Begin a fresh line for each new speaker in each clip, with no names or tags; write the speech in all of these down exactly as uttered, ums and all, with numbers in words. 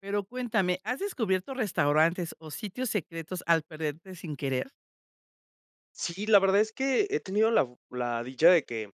Pero cuéntame, ¿has descubierto restaurantes o sitios secretos al perderte sin querer?
Sí, la verdad es que he tenido la la dicha de que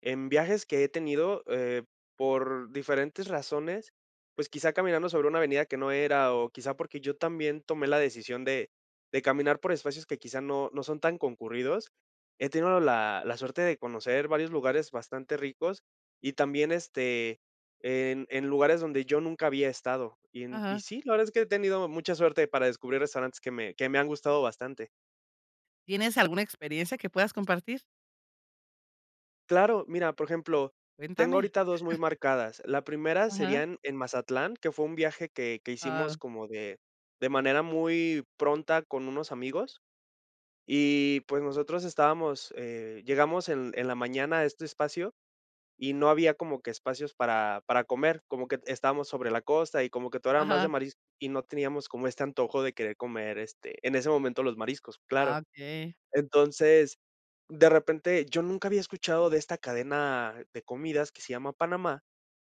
en viajes que he tenido, eh, por diferentes razones, pues, quizá caminando sobre una avenida que no era, o quizá porque yo también tomé la decisión de de caminar por espacios que quizá no no son tan concurridos, he tenido la la suerte de conocer varios lugares bastante ricos y también, este, en en lugares donde yo nunca había estado. Y en y
Ajá.
sí, la verdad es que he tenido mucha suerte para descubrir restaurantes que me que me han gustado bastante.
¿Tienes alguna experiencia que puedas compartir?
Claro, mira, por ejemplo, tengo
Cuéntame.
ahorita dos muy marcadas. La primera
Ajá.
serían en en Mazatlán, que fue un viaje que que
Ah,
hicimos como de de manera muy pronta con unos amigos, y pues nosotros estábamos, eh, llegamos en en la mañana a este espacio y no había como que espacios para para comer, como que estábamos sobre la costa y como que todo era más de
ajá.
marisco, y no teníamos como este antojo de querer comer, este, en ese momento los mariscos, claro.
Ah, okey.
Entonces, de repente, yo nunca había escuchado de esta cadena de comidas que se llama Panamá,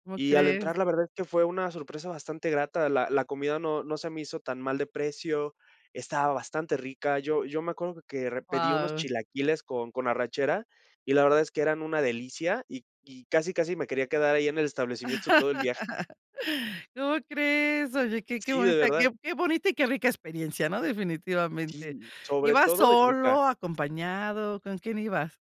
¿Cómo
y al
crees?
entrar, la verdad es que fue una sorpresa bastante grata. La la comida no no se me hizo tan mal de precio, estaba bastante rica. Yo yo me acuerdo que re pedí unos
Wow.
chilaquiles con con arrachera, y la verdad es que eran una delicia, y y casi, casi me quería quedar ahí en el establecimiento todo el viaje.
¿Cómo crees? Oye, qué qué
Sí, de
bonita
verdad.
qué qué bonita y qué rica experiencia, ¿no? Definitivamente.
Sí, sobre
¿Ibas
todo de rica.
solo, acompañado? ¿Con quién ibas?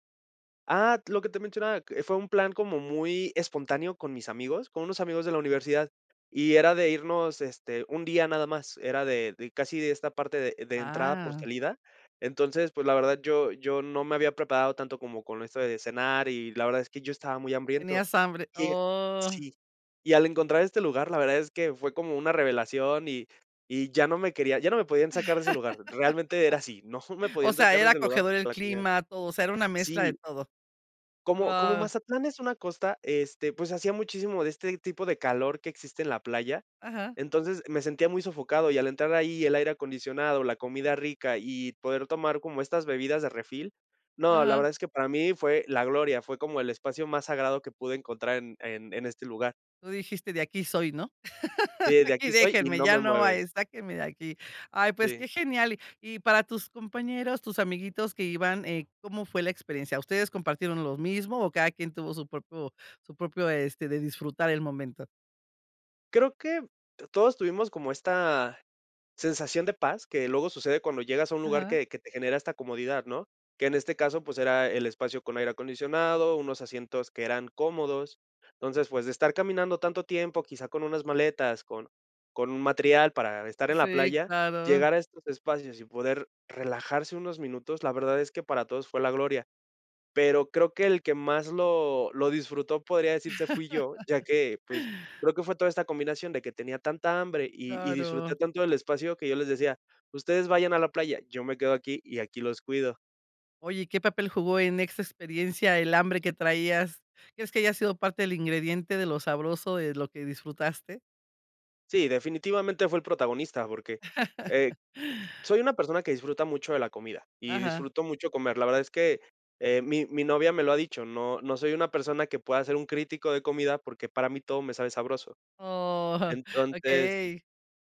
Ah, lo que te mencionaba, que fue un plan como muy espontáneo con mis amigos, con unos amigos de la universidad, y era de irnos, este, un día nada más, era de de casi de esta parte de de entrada por
Ah,
salida. Entonces, pues, la verdad, yo yo no me había preparado tanto como con esto de cenar, y la verdad es que yo estaba muy hambriento.
tenías hambre.
Y
Oh.
sí, y al encontrar este lugar, la verdad es que fue como una revelación, y y ya no me quería ya no me podían sacar de ese lugar, realmente era así, no me
O
podían
sea,
sacar de
era
ese lugar
acogedor el
por la comida.
clima, todo, o sea, era una mezcla de
Sí.
todo.
Como como
Guau.
Mazatlán es una costa, este, pues, hacía muchísimo de este tipo de calor que existe en la playa,
Ajá,
entonces, me sentía muy sofocado, y al entrar ahí el aire acondicionado, la comida rica y poder tomar como estas bebidas de refil, no, la
ajá.
verdad es que para mí fue la gloria, fue como el espacio más sagrado que pude encontrar en en en este lugar.
Tú dijiste: "De aquí soy", ¿no?
De de
Aquí
aquí soy y
déjenme,
no
ya
me
no
mueven.
hay, sáquenme de aquí. Ay, pues
Sí.
qué genial. Y para tus compañeros, tus amiguitos que iban, eh, ¿cómo fue la experiencia? ¿Ustedes compartieron lo mismo o cada quien tuvo su propio su propio, este, de disfrutar el momento?
Creo que todos tuvimos como esta sensación de paz, que luego sucede cuando llegas a un lugar
Ajá.
que que te genera esta comodidad, ¿no? Que en este caso, pues, era el espacio con aire acondicionado, unos asientos que eran cómodos. Entonces, pues, de estar caminando tanto tiempo, quizá con unas maletas, con con un material para estar en la
Sí,
playa,
claro,
llegar a estos espacios y poder relajarse unos minutos, la verdad es que para todos fue la gloria.
o-
Pero creo que el que más lo lo disfrutó, podría decirse, fui yo, ya que, pues, creo que fue toda esta combinación de que tenía tanta hambre y y disfruté
claro.
tanto del espacio que yo les decía: "Ustedes vayan a la playa, yo me quedo aquí y aquí los cuido".
Oye, ¿qué papel jugó en esta experiencia el hambre que traías? ¿Crees que haya sido parte del ingrediente de lo sabroso de lo que disfrutaste?
Sí, definitivamente fue el protagonista, porque, eh, soy una persona que disfruta mucho de la comida y
Ajá.
disfruto mucho comer. La verdad es que, eh, mi mi novia me lo ha dicho, no no soy una persona que pueda ser un crítico de comida, porque para mí todo me sabe sabroso.
Oh,
Entonces
okey.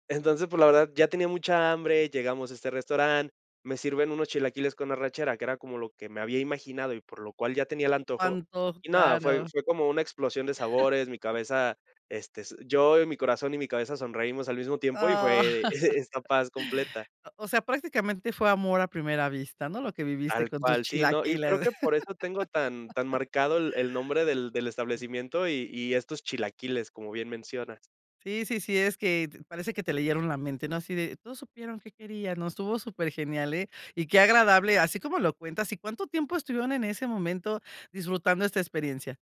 Entonces, pues, la verdad, ya tenía mucha hambre, llegamos a este restaurante, me sirven unos chilaquiles con arrachera, que era como lo que me había imaginado y por lo cual ya tenía el antojo.
Cuánto,
Y nada, fue
claro.
fue como una explosión de sabores, mi cabeza, este, s yo y mi corazón y mi cabeza sonreímos al mismo tiempo y
Ah,
fue esta paz completa.
o sea, prácticamente fue amor a primera vista, ¿no? Lo que viviste
Tal
con tus
cual, sí, ¿no? Y creo
chilaquiles.
que por eso tengo tan tan marcado el el nombre del del establecimiento y y estos chilaquiles, como bien menciona.
Sí, sí, sí, es que te- parece que te leyeron la mente, ¿no? Así de, todos supieron qué querían, ¿no? Estuvo súper genial, ¿eh? Y qué agradable, así como lo cuentas. ¿Y cuánto tiempo estuvieron en ese momento disfrutando esta experiencia?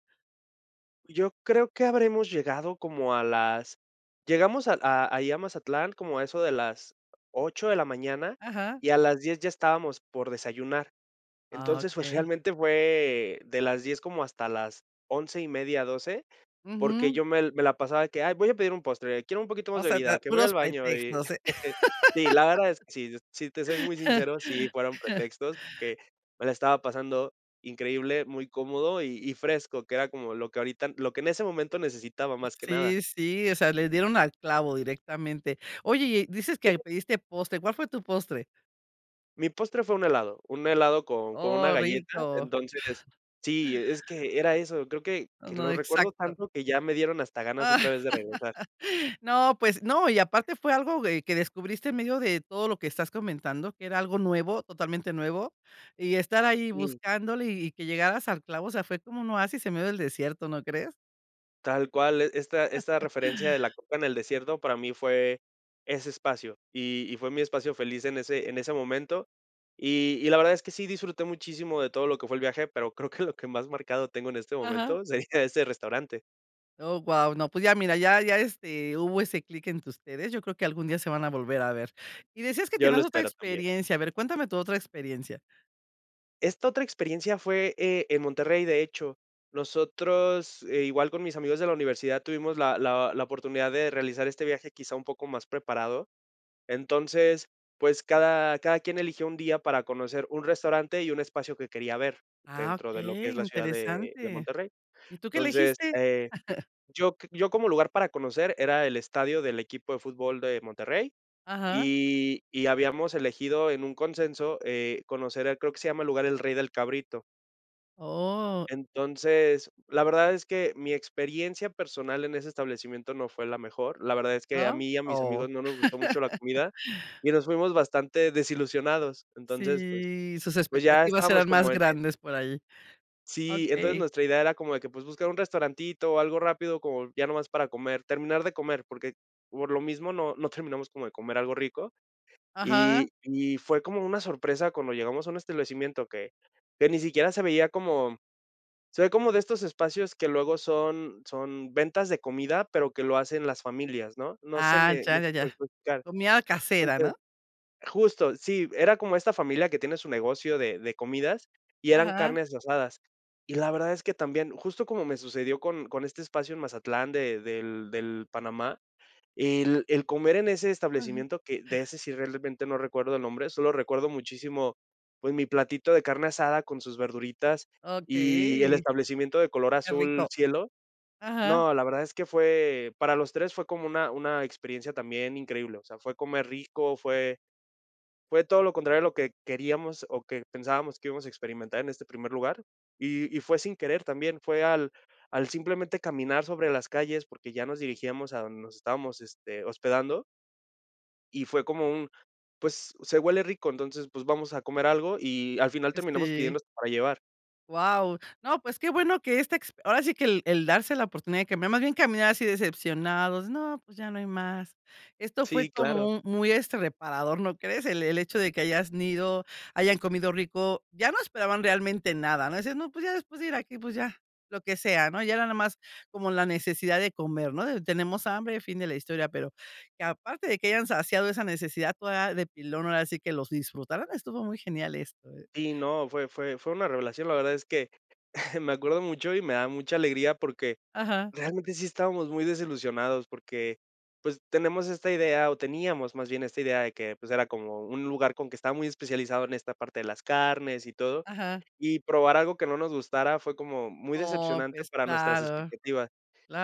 Yo creo que habremos llegado como a las llegamos a a ahí a Mazatlán como a eso de las ocho de la mañana,
Ajá.
y a las diez ya estábamos por desayunar.
Ah,
Entonces, pues,
okey.
realmente fue de las diez como hasta las once y media, doce porque
Ujú.
yo me me la pasaba que: "Ay, voy a pedir un postre, quiero un poquito más
O
de
sea,
bebida,
da-
que voy al
puros
baño", y
pretextos, eh.
sí, la verdad es que sí, si te soy muy sincero, sí fueron pretextos, porque me la estaba pasando increíble, muy cómodo y y fresco, que era como lo que ahorita lo que en ese momento necesitaba más que nada.
Sí, sí, o sea, le dieron al clavo directamente. Oye, y dices
Eh,
que pediste postre, ¿cuál fue tu postre?
Mi postre fue un helado, un helado con con una
Oh,
galleta,
rico.
entonces, sí, es que era eso, creo que
No,
que
no,
lo recuerdo
exacto.
tanto que ya me dieron hasta ganas otra
Ah,
vez de regresar.
no, pues no, y aparte fue algo que que descubriste en medio de todo lo que estás comentando, que era algo nuevo, totalmente nuevo, y estar ahí
Sí.
buscándole y y que llegaras al clavo, o sea, fue como un oasis en medio del desierto, ¿no crees?
Tal cual, e esta esta referencia de la coca en el desierto para mí fue ese espacio, y y fue mi espacio feliz en ese en ese momento. Y y la verdad es que sí disfruté muchísimo de todo lo que fue el viaje, pero creo que lo que más marcado tengo en este
Ajá.
momento sería ese restaurante.
Oh, guau, no, pues ya mira, ya ya, este, hubo ese clic entre ustedes, yo creo que algún día se van a volver a ver. Y decías que
Yo lo
tienes otra
espero también.
experiencia, a ver, cuéntame tu otra experiencia.
Esta otra experiencia fue, eh, en Monterrey, de hecho. Nosotros, eh, igual con mis amigos de la universidad, tuvimos la la la oportunidad de realizar este viaje quizá un poco más preparado. Entonces, pues, cada cada quien eligió un día para conocer un restaurante y un espacio que quería ver
Ah,
dentro de lo que
okey,
es la ciudad de de
interesante.
Monterrey.
¿Y tú qué
Entonces,
elegiste?
eh, yo q yo como lugar para conocer era el estadio del equipo de fútbol de Monterrey,
Ajá.
y y habíamos elegido en un consenso, eh, conocer, el- creo que se llama el lugar El Rey del Cabrito.
Oh,
Entonces, la verdad es que mi experiencia personal en ese establecimiento no fue la mejor. La verdad es que a
¿no?
mí y a mis
Oh,
amigos no nos gustó mucho la comida y nos fuimos bastante desilusionados. Entonces, pues
sí, sus
pues ya
expectativas
estábamos
eran más
como en en
grandes por ahí.
sí, entonces
Okey.
nuestra idea era como de que, pues, buscar un restaurantito o algo rápido como ya nomás para comer, terminar de comer, porque por lo mismo no no terminamos como de comer algo rico
Ajá.
y y fue como una sorpresa cuando llegamos a un establecimiento que que ni siquiera se veía como se ve como de estos espacios que luego son son ventas de comida, pero que lo hacen las familias, ¿no? No sé
Ah,
me no
ya,
sé
ya,
cómo
ya.
explicar.
Comida casera, ¿no?
Entonces justo, sí, era como esta familia que tiene su negocio de de comidas y eran
Ajá,
carnes asadas. Y la verdad es que también, justo como me sucedió con con este espacio en Mazatlán de del del Panamá, el el comer en ese
ajá.
establecimiento que de ese sí realmente no recuerdo el nombre, solo recuerdo muchísimo, pues, mi platito de carne asada con sus verduritas y el
Okey,
establecimiento de color
qué
azul
rico.
cielo.
Ajá,
No, la verdad es que fue para los tres fue como una una experiencia también increíble, o sea, fue comer rico, fue fue todo lo contrario a lo que queríamos o que pensábamos que íbamos a experimentar en este primer lugar, y y fue sin querer también, fue al al simplemente caminar sobre las calles, porque ya nos dirigíamos a donde nos estábamos, este, hospedando. Y fue como un, pues, se huele rico, entonces, pues, vamos a comer algo, y al final terminamos pidiendo
sí.
hasta para llevar.
Wow, no, pues qué bueno que esta exp ahora sí que el el darse la oportunidad de cambiar, más bien caminar así decepcionados, no, pues ya no hay más. Esto fue
Sí,
como
claro.
un muy, este, reparador, ¿no crees? El el hecho de que hayas ido, hayan comido rico, ya no esperaban realmente nada, ¿no? Dices: "No, pues ya después de ir aquí, pues ya, lo que sea", ¿no? Ya era nada más como la necesidad de comer, ¿no? De tenemos hambre, fin de la historia, pero que aparte de que hayan saciado esa necesidad toda de pilón, ahora sí que los disfrutaran, estuvo muy genial esto, eh.
Sí, no, fue fue fue una revelación, la verdad es que me acuerdo mucho y me da mucha alegría porque
Ajá,
realmente sí estábamos muy desilusionados porque, pues, tenemos esta idea, o teníamos más bien esta idea de que, pues, era como un lugar con que estaba muy especializado en esta parte de las carnes y todo,
ajá.
y probar algo que no nos gustara fue como muy
Oh,
decepcionante
pues
para nuestras
claro,
expectativas.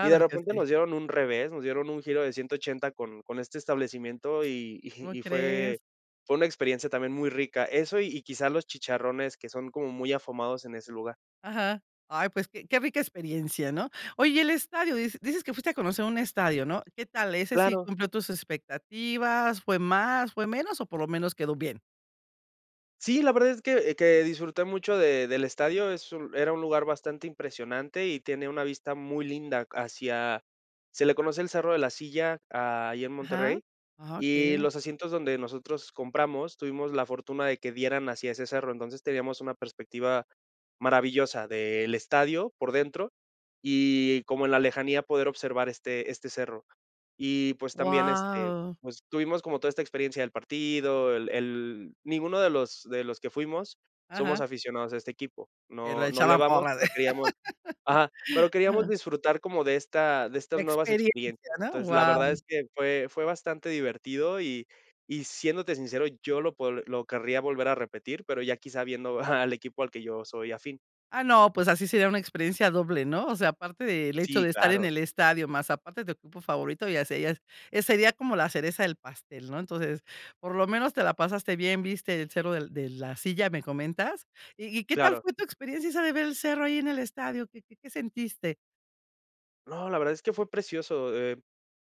Y de
que
repente
sí.
nos dieron un revés, nos dieron un giro de ciento ochenta con con este establecimiento y
¿Cómo
y y fue
crees?
fue una experiencia también muy rica. Eso y y quizá los chicharrones que son como muy afumados en ese lugar.
Ajá. Ay, pues qué qué rica experiencia, ¿no? Oye, y el estadio, dices dices que fuiste a conocer un estadio, ¿no? ¿Qué tal? ¿Ese sí
Claro.
cumplió tus expectativas? ¿Fue más, fue menos o por lo menos quedó bien?
Sí, la verdad es que eh, que disfruté mucho de del estadio, es un era un lugar bastante impresionante y tiene una vista muy linda hacia se le conoce el Cerro de la Silla, ah, ahí en
Ajá.
Monterrey,
Ah,
y
okey.
los asientos donde nosotros compramos, tuvimos la fortuna de que dieran hacia ese cerro, entonces teníamos una perspectiva maravillosa del estadio por dentro y como en la lejanía poder observar este este cerro. Y, pues, también, este,
Guau.
pues, tuvimos como toda esta experiencia del partido, el el ninguno de los de los que fuimos somos
Ajá.
aficionados a este equipo,
Pero
no
le
no le
echaban
vamos,
porras.
pero queríamos ajá, pero queríamos
Ajá.
disfrutar como de esta de estas
La
nuevas experiencias.
experiencia, ¿no?
Entonces, la verdad
Wow.
es que fue fue bastante divertido y y siéndote sincero, yo lo pod lo querría volver a repetir, pero ya quizá viendo al equipo al que yo soy afín.
Ah, no, pues así sería una experiencia doble, ¿no? O sea, aparte del hecho
Sí,
de estar en
claro,
el estadio, más aparte de tu equipo favorito, ya serías eh, sería como la cereza del pastel, ¿no? Entonces, por lo menos te la pasaste bien, viste el cerro del de la silla, me comentas. ¿Y y qué tal
claro.
fue tu experiencia esa de ver el cerro ahí en el estadio? ¿Qué qué qué sentiste?
No, la verdad es que fue precioso, eh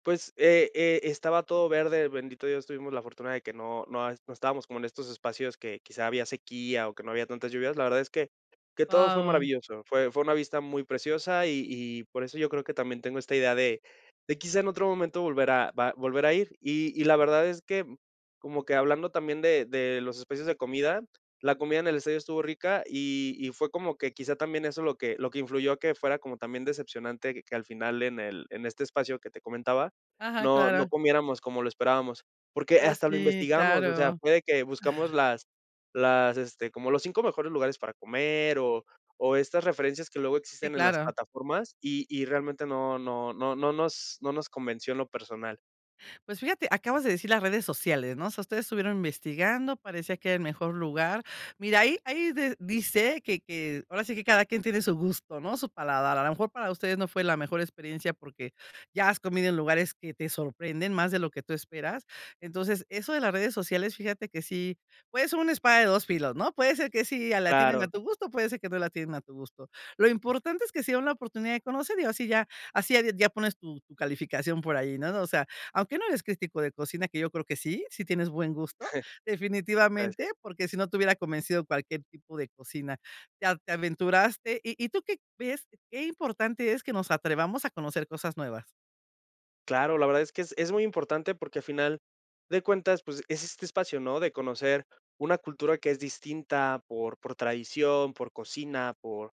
pues, eh eh, estaba todo verde, bendito Dios, tuvimos la fortuna de que no no no estábamos como en estos espacios que quizá había sequía o que no había tantas lluvias. La verdad es que que todo fue
Wow.
maravilloso. Fue fue una vista muy preciosa y y por eso yo creo que también tengo esta idea de de quizá en otro momento volver a va volver a ir. Y y la verdad es que, como que hablando también de de los espacios de comida, la comida en el estadio estuvo rica y y fue como que quizá también eso lo que lo que influyó a que fuera como también decepcionante que que al final en el en este espacio que te comentaba,
Ajá,
no
claro.
no comiéramos como lo esperábamos, porque
Pues
hasta lo
sí,
investigamos, o sea,
claro.
fue de que buscamos las las, este, como los cinco mejores lugares para comer o o estas referencias que luego
Sí,
existen en las
claro.
plataformas y y realmente no no no no nos no nos convenció en lo personal.
Pues fíjate, acabas de decir las redes sociales, ¿no? O sea, ustedes estuvieron investigando, parecía que era el mejor lugar. Mira, ahí, ahí de- dice que, que ahora sí que cada quien tiene su gusto, ¿no? Su paladar. A lo mejor para ustedes no fue la mejor experiencia porque ya has comido en lugares que te sorprenden más de lo que tú esperas. Entonces, eso de las redes sociales, fíjate que sí, puede ser una espada de dos filos, ¿no? Puede ser que sí a- la tienen a
Claro,
tu gusto, puede ser que no la tienen a tu gusto. Lo importante es que sea una oportunidad de conocer y así ya, así ya, ya pones tu, tu calificación por ahí, ¿no? O sea, aunque no eres crítico de cocina, que yo creo que sí, sí tienes buen gusto, definitivamente,
gracias.
porque si no te hubiera convencido cualquier tipo de cocina. Te a te aventuraste, ¿y y tú qué ves? Qué importante es que nos atrevamos a conocer cosas nuevas.
Claro, la verdad es que es es muy importante porque al final de cuentas, pues, es este espacio, ¿no?, de conocer una cultura que es distinta por por tradición, por cocina, por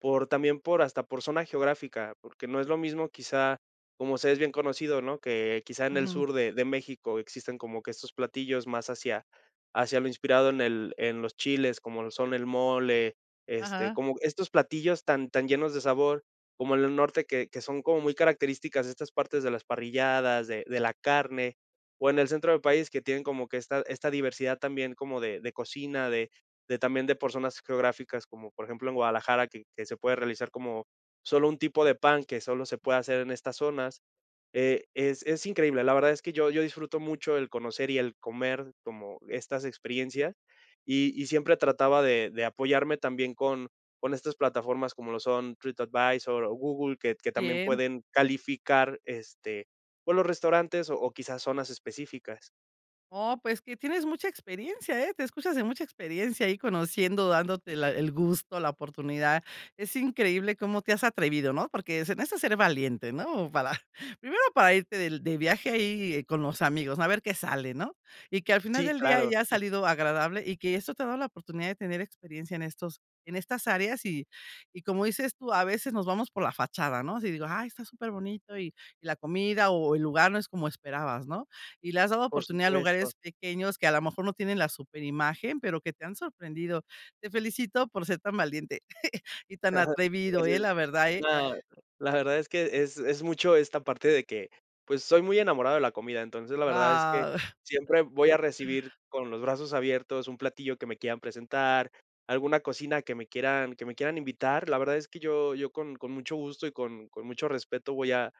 Por también por hasta por zona geográfica, porque no es lo mismo quizá, como se es bien conocido, ¿no? Que quizá en el
Ujú.
sur de de México existen como que estos platillos más hacia hacia lo inspirado en el en los chiles, como son el mole, este,
Ajá,
como estos platillos tan tan llenos de sabor, como en el norte que que son como muy características estas partes de las parrilladas, de de la carne, o en el centro del país que tienen como que esta esta diversidad también como de de cocina, de de también de por zonas geográficas, como por ejemplo en Guadalajara, que, que se puede realizar como solo un tipo de pan que solo se puede hacer en estas zonas. Eh, es, es increíble, la verdad es que yo, yo disfruto mucho el conocer y el comer como estas experiencias y, y siempre trataba de, de apoyarme también con, con estas plataformas como lo son TripAdvisor o Google, que, que también
bien.
pueden calificar este, o los restaurantes o, o quizás zonas específicas.
Oh, pues que tienes mucha experiencia, ¿eh? Te escuchas de mucha experiencia ahí conociendo, dándote la el gusto, la oportunidad. Es increíble cómo te has atrevido, ¿no? Porque se necesita ser valiente, ¿no? Para primero para irte del de viaje ahí eh, con los amigos, a ver qué sale, ¿no? Y que al final
Sí,
del día
claro,
haya salido agradable y que esto te ha dado la oportunidad de tener experiencia en estos en estas áreas y y como dices tú, a veces nos vamos por la fachada, ¿no? Si digo: "Ay, está superbonito y y la comida o el lugar no es como esperabas", ¿no? Y le has dado
por
oportunidad a
supuesto.
lugares pequeños que a lo mejor no tienen la super imagen pero que te han sorprendido. Te felicito por ser tan valiente y tan atrevido, eh,
Gracias.
la verdad, eh.
La la verdad es que es es mucho esta parte de que, pues, soy muy enamorado de la comida, entonces, la verdad es que
Guau.
siempre voy a recibir con los brazos abiertos un platillo que me quieran presentar, alguna cocina que me quieran que me quieran invitar. La verdad es que yo yo con con mucho gusto y con con mucho respeto voy a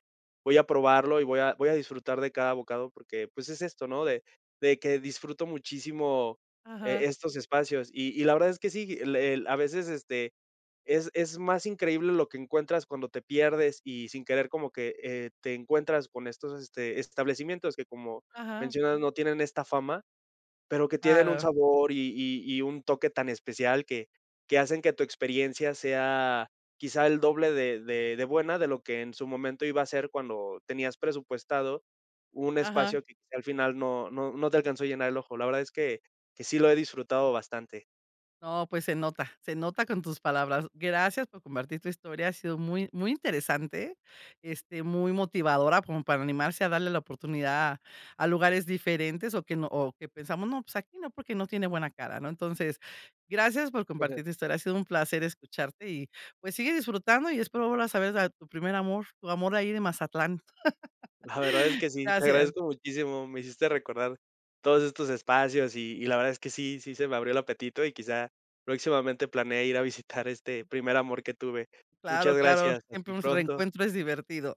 voy a probarlo y voy a voy a disfrutar de cada bocado porque, pues, es esto, ¿no? De de que disfruto muchísimo,
Ajá,
eh, estos espacios. Y y la verdad es que sí, el el a veces, este es es más increíble lo que encuentras cuando te pierdes y sin querer como que, eh, te encuentras con estos, este, establecimientos que, como
ajá,
mencionas, no tienen esta fama, pero que tienen un
claro,
sabor y y y un toque tan especial que que hacen que tu experiencia sea quizá el doble de de de buena de lo que en su momento iba a ser cuando tenías presupuestado un
ajá.
espacio que quizá al final no no no te alcanzó a llenar el ojo. La verdad es que que sí lo he disfrutado bastante.
No, pues se nota, se nota con tus palabras. Gracias por compartir tu historia, ha sido muy, muy interesante, este, muy motivadora como para animarse a darle la oportunidad a lugares diferentes o que no, o que pensamos, no, pues aquí no, porque no tiene buena cara, ¿no? Entonces, gracias por compartir tu historia, ha sido un placer escucharte y pues sigue disfrutando y espero volver a saber de tu primer amor, tu amor ahí de Mazatlán.
La verdad es que sí, te
Gracias,
agradezco muchísimo, me hiciste recordar todos estos espacios y y la verdad es que sí, sí se me abrió el apetito y quizá próximamente planee ir a visitar este primer amor que tuve. Muchas
claro, claro,
gracias, hasta
siempre un
pronto.
reencuentro es divertido.